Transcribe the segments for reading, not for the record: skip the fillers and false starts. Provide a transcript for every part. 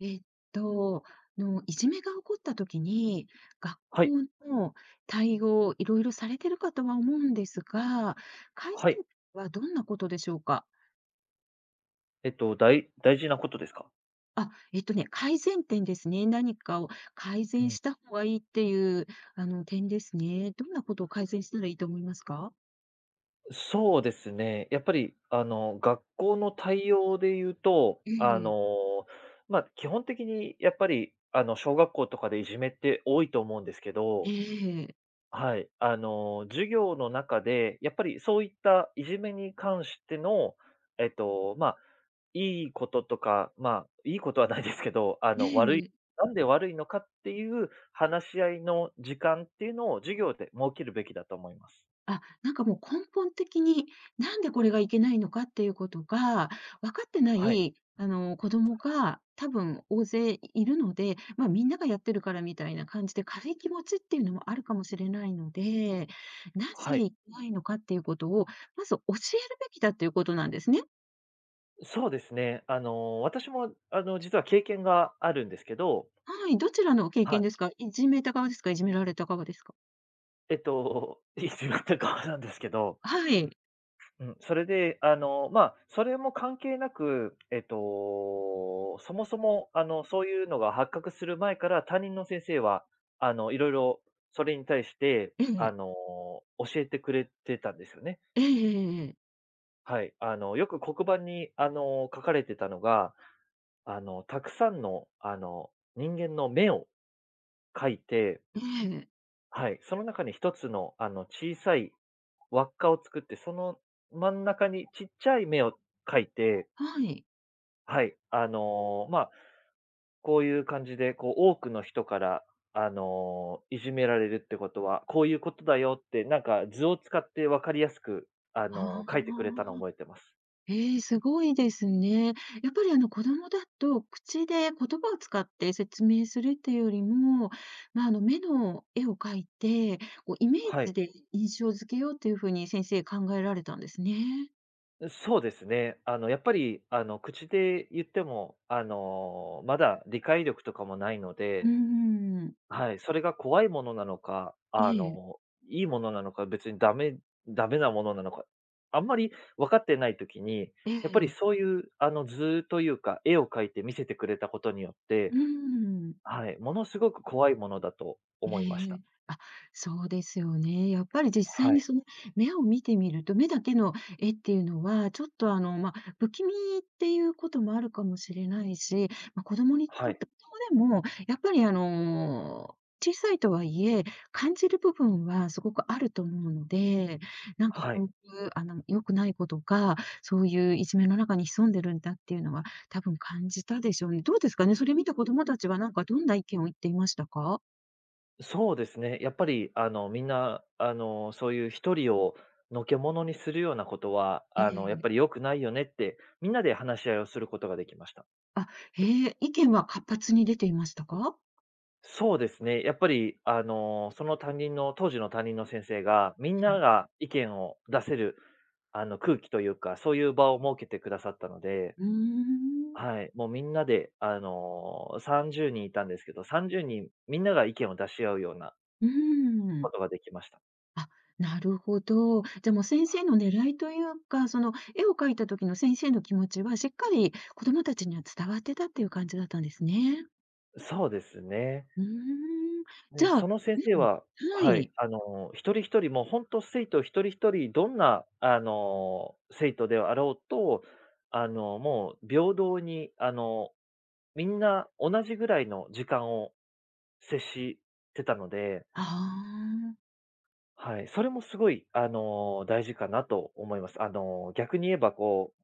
えっと、いじめが起こったときに、学はい、校の対応、いろいろされてるかとは思うんですが、改はい。善点はどんなことでしょうか？大大事なことですか？あ、えっとね、改善点ですね。何かを改う善ん。した方がいいっていう、点ですね。どんなことを改善したらいいと思いますか？そうですね。やっぱり、学校の対応で言うと、ええ、基本的にやっぱり、小学校とかでいじめって多いと思うんですけえど、え、はい、授業の中で、やっぱりそういったいじめに関しての、えっと、ま、いいこととか、まあ、いいことはないですけど、え悪いえ。なんで悪いのかっていう話し合いの時間っていうのを授業で設けるべきだと思います。あ、なんかもう根本的に、なんでこれがいけないのかっていうことが、分かってなはい。い、子供が多分大勢いるので、まあ、みんながやってるからみたいな感じで、軽い気持ちっていうのもあるかもしれないので、なぜはい。いけないのかっていうことを、まず教えるべきだっていうことなんですね。そうですね。私も、実は経験があるんですけど、はい、どちらの経は験い。ですか？いじめた側ですか？いじめられた側ですか？いつまたなんですけど、はい。うん、それで、まあ、それも関係なく、そもそも、そういうのが発覚する前から担任の先生は、いろいろそれに対して、ええ。教えてくれてたんですよね。ええええええ。はい。よく黒板に、書かれてたのが、たくさんの、人間の目を描いて、ええ。はい。その中に一つの、小さい輪っかを作って、その真ん中にちっちゃい目を描いて、はい。はい。まあ、こういう感じで、こう、多くの人から、いじめられるってことは、こういうことだよって、なんか図を使って分かりやすく、あ書いてくれたのをあ。覚えてます。ええ、すごいですね。やっぱりあの子供だと、口で言葉を使って説明するっていうよりも、まあ、あの目の絵を描いて、こうイメーはジい。で印象付けようっていうふうに先生考えられたんですね。そうですね。やっぱり、口で言っても、まだ理解力とかもないのうで、んん。はい、それが怖いものなのか、ええ、いいものなのか、別にダメなものなのか、あんまり分かってないときに、えやっぱりえ、そういうあの図というか、絵を描いて見せてくれたことによっうて、ーん。はい、ものすごく怖いものだとえ思いました。え。あ、そうですよね。やっぱり実は際にい、その目を見てみると、目だけの絵っていうのは、ちょっとまあ、不気味っていうこともあるかもしれないし、まあ、子供にはとっい、て子供でもやっぱりあの、小さいとはいえ、感じる部分はすごくあると思うので、なんかはこい。ういう良くないことが、そういういじめの中に潜んでるんだっていうのは、多分感じたでしょうね。どうですかね、それ見た子供たちはなんかどんな意見を言っていましたか？そうですね。やっぱりあのみんな、そういう一人をのけものにするようなことは、えやっえ。ぱり良くないよねって、みんなで話し合いをすることができました。あ、へえ、意見は活発に出ていましたか？そうですね。やっぱり、あの、その担任の当時の担任の先生が、みんなが意見を出せる、空気というか、そういう場を設けてくださったので、うーん。はい、もうみんなで、30人いたんですけど、30人みんなが意見を出し合うようなうーん。ことができました。あ、なるほど。じゃ、もう先生の狙いというか、その絵を描いた時の先生の気持ちはしっかり子供たちには伝わってたっていう感じだったんですね。そうですね。うーん。じで、ゃあその先う生ん、はははい、い。一人一人もう本当生徒一人一人、どんな、生徒であろうと、もう平等に、みんな同じぐらいの時間を接してたので、ああ。はい、それもすごい、大事かなと思います。逆に言えばこう、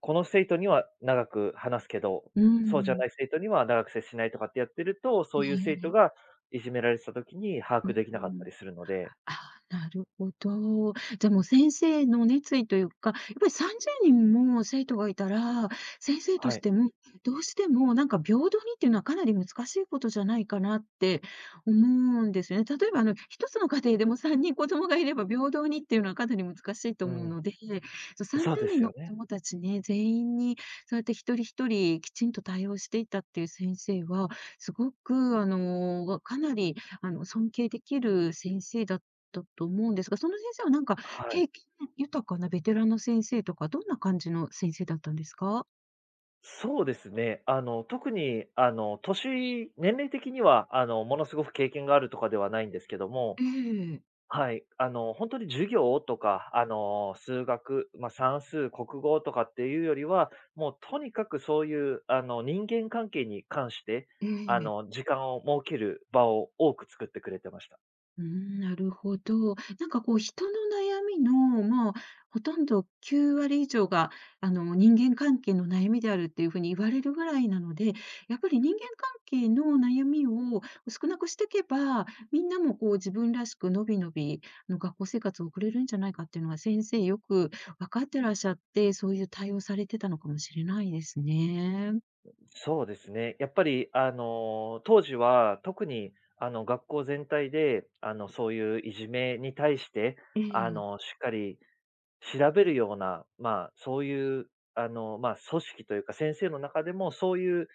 この生徒には長く話すけど、うそうじゃん。ない生徒には長く接しないとかってやってると、えそういう生徒え。がいじめられてた時に把う握できなかったん。りするので、ああ、なるほど。じゃ、もう先生の熱意というか、やっぱり30人も生徒がいたら、先生とはしい。ても、どうしてもなんか平等にっていうのはかなり難しいことじゃないかなって思うんですよね。例えばあの、一つの家庭でも3人子供がいれば平等にっていうのはかなり難しいとう思うん。ので、そ、そう30で人すのよ子ね。供たちね、全員にそうやって一人一人きちんと対応していたっていう先生は、すごくあの、かなり尊敬できる先生だと思うんですが、その先生はなんかはい。経験豊かなベテランの先生とか、どんな感じの先生だったんですか？そうですね。特に、年齢的には、ものすごく経験があるとかではないんですけども、ええ、はい、本当に授業とか、数学、まあ、算数、国語とかっていうよりは、もうとにかくそういう、人間関係に関して、ええ。時間を設ける場を多く作ってくれてました。うん、なるほど。なんかこう人の悩みの、まあ、ほとんど9割以上が、人間関係の悩みであるっていうふうに言われるぐらいなので、やっぱり人間関係の悩みを少なくしていけば、みんなもこう自分らしくのびのび、学校生活を送れるんじゃないかっていうのは先生よく分かってらっしゃって、そういう対応されてたのかもしれないですね。そうですね。やっぱり、当時は特に、学校全体で、そういういじめに対して、ええ。しっかり調べるような、まあ、そういう、組織というか、先生の中でもそういう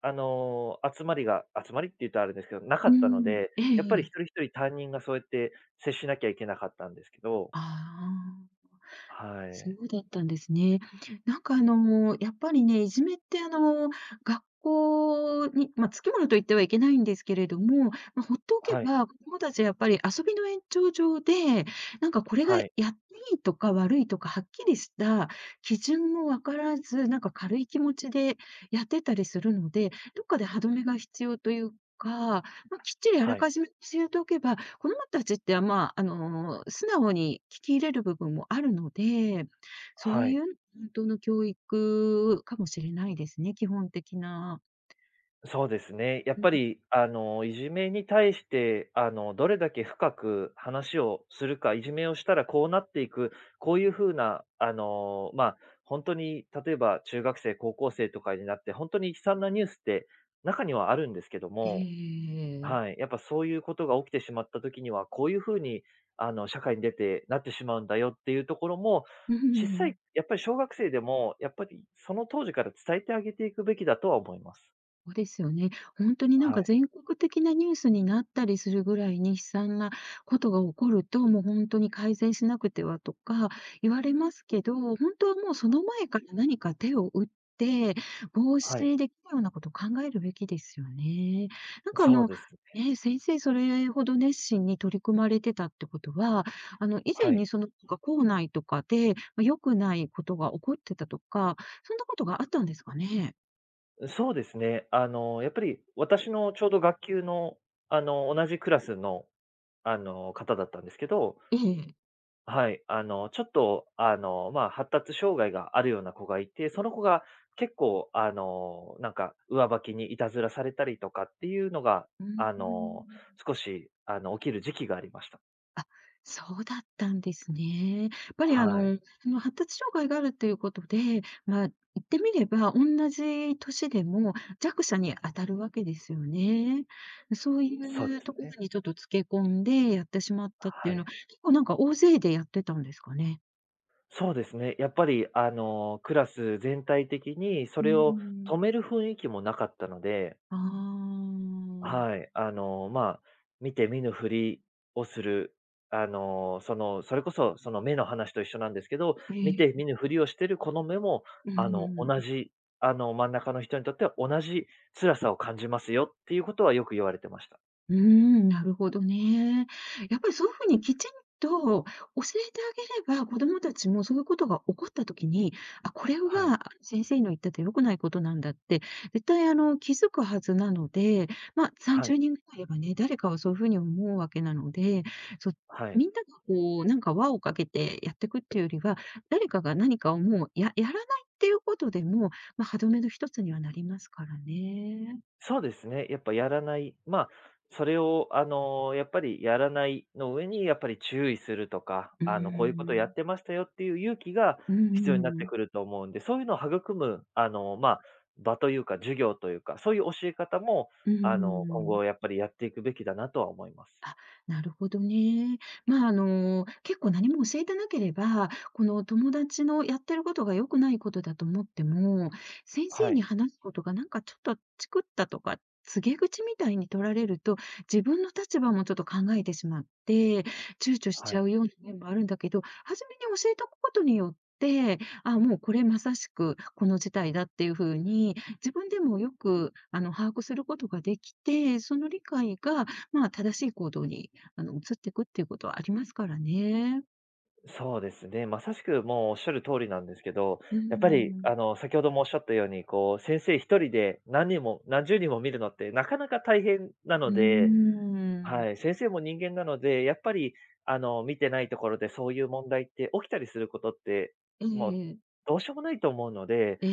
あの、集まりって言ったらあれですけど、なかうったのん。で、えやっぱりえ。一人一人担任がそうやって接しなきゃいけなかったんですけど、ああ。はそい。うだったんですね。なんかあの、やっぱりね、いじめってあの、学校に、まあ、付き物と言ってはいけないんですけれども、まあ、ほっておけはい、ば、子供たちはやっぱり遊びの延長上で、なんかこれがはい、やっていいとか悪いとかはっきりした基準もわからず、なんか軽い気持ちでやってたりするので、どっかで歯止めが必要というか、まあ、きっちりあはらい、かじめ教えておけば、子供たちって、まあ、素直に聞き入れる部分もあるので、そうはいい。う本当の教育かもしれないですね、基本的な。そうですね。やっうん、ぱり、いじめに対して、どれだけ深く話をするか、いじめをしたらこうなっていく、こういう風な、本当に例えば中学生、高校生とかになって、本当に悲惨なニュースって中にはあるんですけどえもはえ。い。やっぱそういうことが起きてしまった時には、こういうふうに、社会に出てなってしまうんだよっていうところも、う小さい、ん。やっぱり小学生でも、やっぱりその当時から伝えてあげていくべきだとは思います。そうですよね。本当になんはかい。全国的なニュースになったりするぐらいに悲惨なことが起こると、もう本当に改善しなくてはとか言われますけど、本当はもうその前から何か手を打って、防はい。止できるようなことを考えるべきですよね。なんかあそうの、ですね。ね、先生それほど熱心に取り組まれてたってことは、あの以前はい。にそのなんか校内とかで、ま、良くないことが起こってたとか、そんなことがあったんですかね？そうですね。やっぱり私のちょうど学級の、同じクラスの、方だったんですけど、ええ。はい、ちょっと、まあ、発達障害があるような子がいて、その子が結構、なんか、上履きにいたずらされたりとかっていうのが、うーあの、ん。少し、起きる時期がありました。あ、そうだったんですね。やっぱりあはい。の、その発達障害があるっていうことで、まあ、言ってみれば、おんなじ年でも弱者に当たるわけですよね。そうそうでいうすところね。にちょっとつけ込んでやってしまったっていはうのは、い。結構なんか大勢でやってたんですかね？そうですね。やっぱり、クラス全体的にそうーれをん。止める雰囲気もなかったのでああ。はい、まあ、見て見ぬふりをする、それこそ、その目の話と一緒なんですけど、え見てえ。見ぬふりをしてるこの目も、ううあの、んう同ん。じ、あの、真ん中の人にとっては同じ辛さを感じますよっていうことはよく言われてました。うーん、なるほどね。やっぱりそういうふうにきちんと教えてあげれば、子どもたちもそういうことが起こった時に、あ、これはい。が先生の言ってた良くないことなんだって、絶対あの、気づくはずなので、ま、はい。30人ぐらいいればね、誰かはそういうふうに思うわけなので、そうはい。みんながこう、なんか輪をかけてやっていくっていうよりは、誰かが何かをもう、やらないっていうことでも、まあ、歯止めの一つにはなりますからね。そうですね。やっぱやらない。まあ、それを、やっぱりやらないの上に、やっぱり注意するとか、うこういうことーやってましたよっていう勇気がんう必要になっんうてん。くると思うんで、そういうのを育む、場というか、授業というか、そういう教え方も、うー今ん。後やっぱりやっていくべきだなとは思います。あ、なるほどね。まあ、結構何も教えてなければ、この友達のやってることが良くないことだと思っても、先は生にい。話すことがなんかちょっとチクったとか、告げ口みたいに取られると、自分の立場もちょっと考えてしまって、躊躇しはちゃい。うような面もあるんだけど、初めに教えておくことによって、あ、もうこれまさしくこの事態だっていうふうに、自分でもよく、把握することができて、その理解が、まあ、正しい行動に、移っていくっていうことはありますからね。そうですね。まさしくもうおっしゃる通りなんですけど、うやっぱり、ん。先ほどもおっしゃったように、こう、先生一人で何人も、何十人も見るのってなかなか大変なうので、ーん。はい、先生も人間なので、やっぱり、見てないところでそういう問題って起きたりすることって、えもう、え、どうしようもないと思うので、え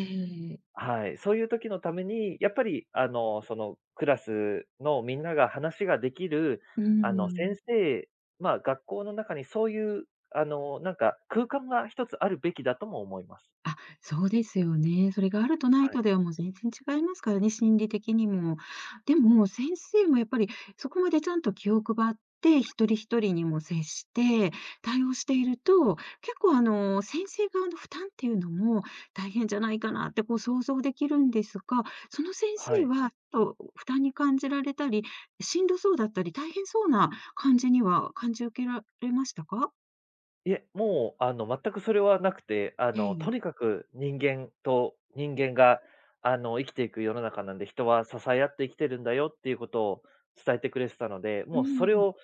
え、はい、そういう時のために、やっぱり、クラスのみんなが話ができる、うーあの、先ん。生、まあ、学校の中にそういう、空間が一つあるべきだとも思います。あ、そうですよね。それがあるとないはとい。ではもう全然違いますからね、心理的にも。でも先生もやっぱりそこまでちゃんと気を配って、一人一人にも接して、対応していると、結構あの、先生側の負担っていうのも大変じゃないかなってこう想像できるんですが、その先は生い。はちょっと負担に感じられたり、しんどそうだったり、大変そうな感じには感じ受けられましたか？いえ、もう、全くそれはなくて、えとにえ。かく人間と人間が、生きていく世の中なんで、人は支え合って生きてるんだよっていうことを伝えてくれてたので、うもうそれん。を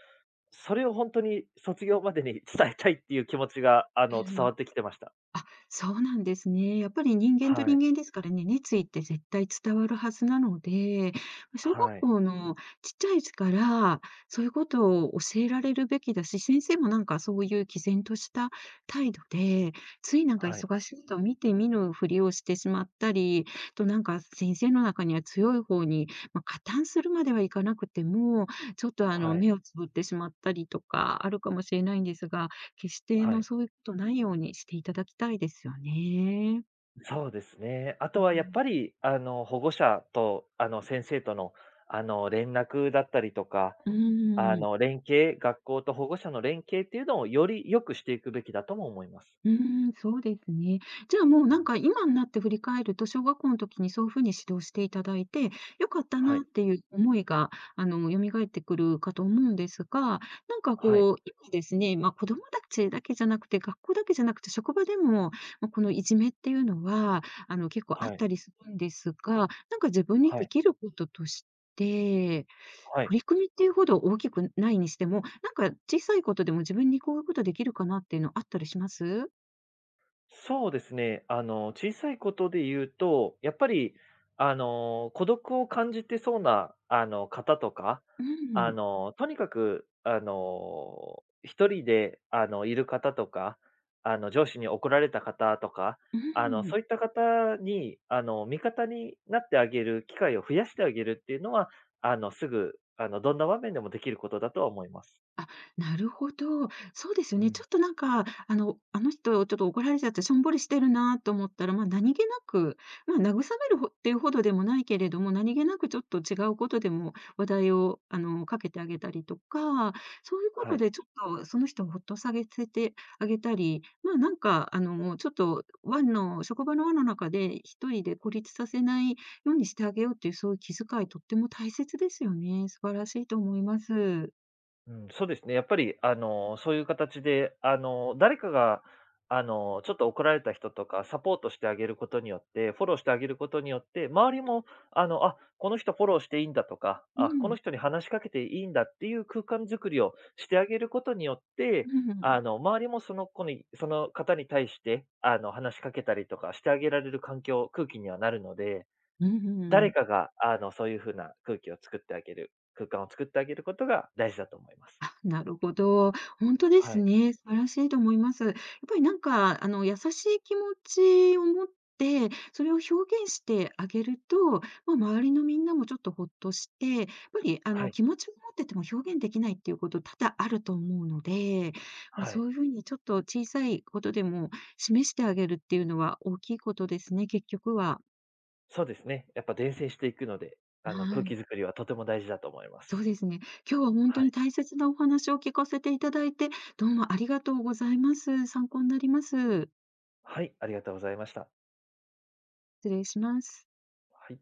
それをほんとに卒業までに伝えたいっていう気持ちが、え伝え。わってきてました。あ、そうなんですね。やっぱり人間とはい、人間ですからね、熱意って絶対伝わるはずなので、ま小学はい、校のちっちゃいうちから、そういうことを教えられるべきだし、先生もなんかそういう毅然とした態度で、ついなんかはい、忙しいと見て見ぬふりをしてしまったり、となんか先生の中には強い方に、まあ、加担するまではいかなくても、ちょっとあのはい、目をつぶってしまったりとかあるかもしれないんですが、決してはの、い。そういうことないようにしていただきたいですよね。そうですね。あうとはやっん。ぱり、保護者と、先生との、連絡だったりとか、うー学校と保護者の連携っていうのをより良くしていくべきだとも思います。うーん、そうですね。じゃあもううなんん。か今になって振り返ると、小学校の時にそういうふうに指導していただいて、良かったはない、っていう思いが、蘇ってくるかと思うんですが、なんかはい、こう、今ですね、ま、子供たちだけじゃなくて、学校だけじゃなくて、職場でも、ま、このいじめっていうのは、結構あっはい、たりするんですが、なんか自分にはでい、きることとして、はい。取り組みっていうほど大きくないにしても、なんか小さいことでも自分にこういうことできるかなっていうのあったりします？そうですね。小さいことで言うと、やっぱり、孤独を感じてそうな、方とか、うん、とにかく、一人で、いる方とか、上司に怒られた方とか、うそん。ういった方に、味方になってあげる機会を増やしてあげるっていうのは、あの、すぐ、あの、どんな場面でもできることだとは思います。あ、なるほど。そうですようね。ちん。ょっとなんか、あの、あの人、ちょっと怒られちゃって、しょんぼりしてるなと思ったら、まあ、何気なく、まあ、慰めるほっていうほどでもないけれども、何気なくちょっと違うことでも話題を、かけてあげたりとか、そういうこはとい。でちょっとその人をほっと下げせてあげたり、まあ、なんか、あの、ちょっと輪の職場の輪の中で一人で孤立させないようにしてあげようっていう、そういう気遣い、とっても大切ですよね。素晴らしいと思います。うん、そうですね。やっぱり、そういう形で、誰かが、ちょっと怒られた人とか、サポートしてあげることによって、フォローしてあげることによって、周りも、あ、この人フォローしていいんだとか、うあ、このん。人に話しかけていいんだっていう空間づくりをしてあげることによって、うん、周りもその子に、その方に対して、話しかけたりとかしてあげられる環境、空気にはなるので、う誰ん。かが、そういうふうな空気を作ってあげる、空間を作ってあげることが大事だと思います。あ、なるほど。本当ではすい、ね。素晴らしいと思います。やっぱりなんか、優しい気持ちを持って、それを表現してあげると、まあ、周りのみんなもちょっとほっとして、やっぱり、はい、気持ちを持ってても表現できないっていうこと多々あると思うので、ま、はそうい。いう風にちょっと小さいことでも示してあげるっていうのは大きいことですね、結局は。そうですね。やっぱ伝染していくので、は空気い。づくりはとても大事だと思いまそす。うですね。今日は本は当にい。大切なお話を聞かせていただいて、どうもありがとうございます。参考になります。はい、ありがとうございました。失礼します。はい。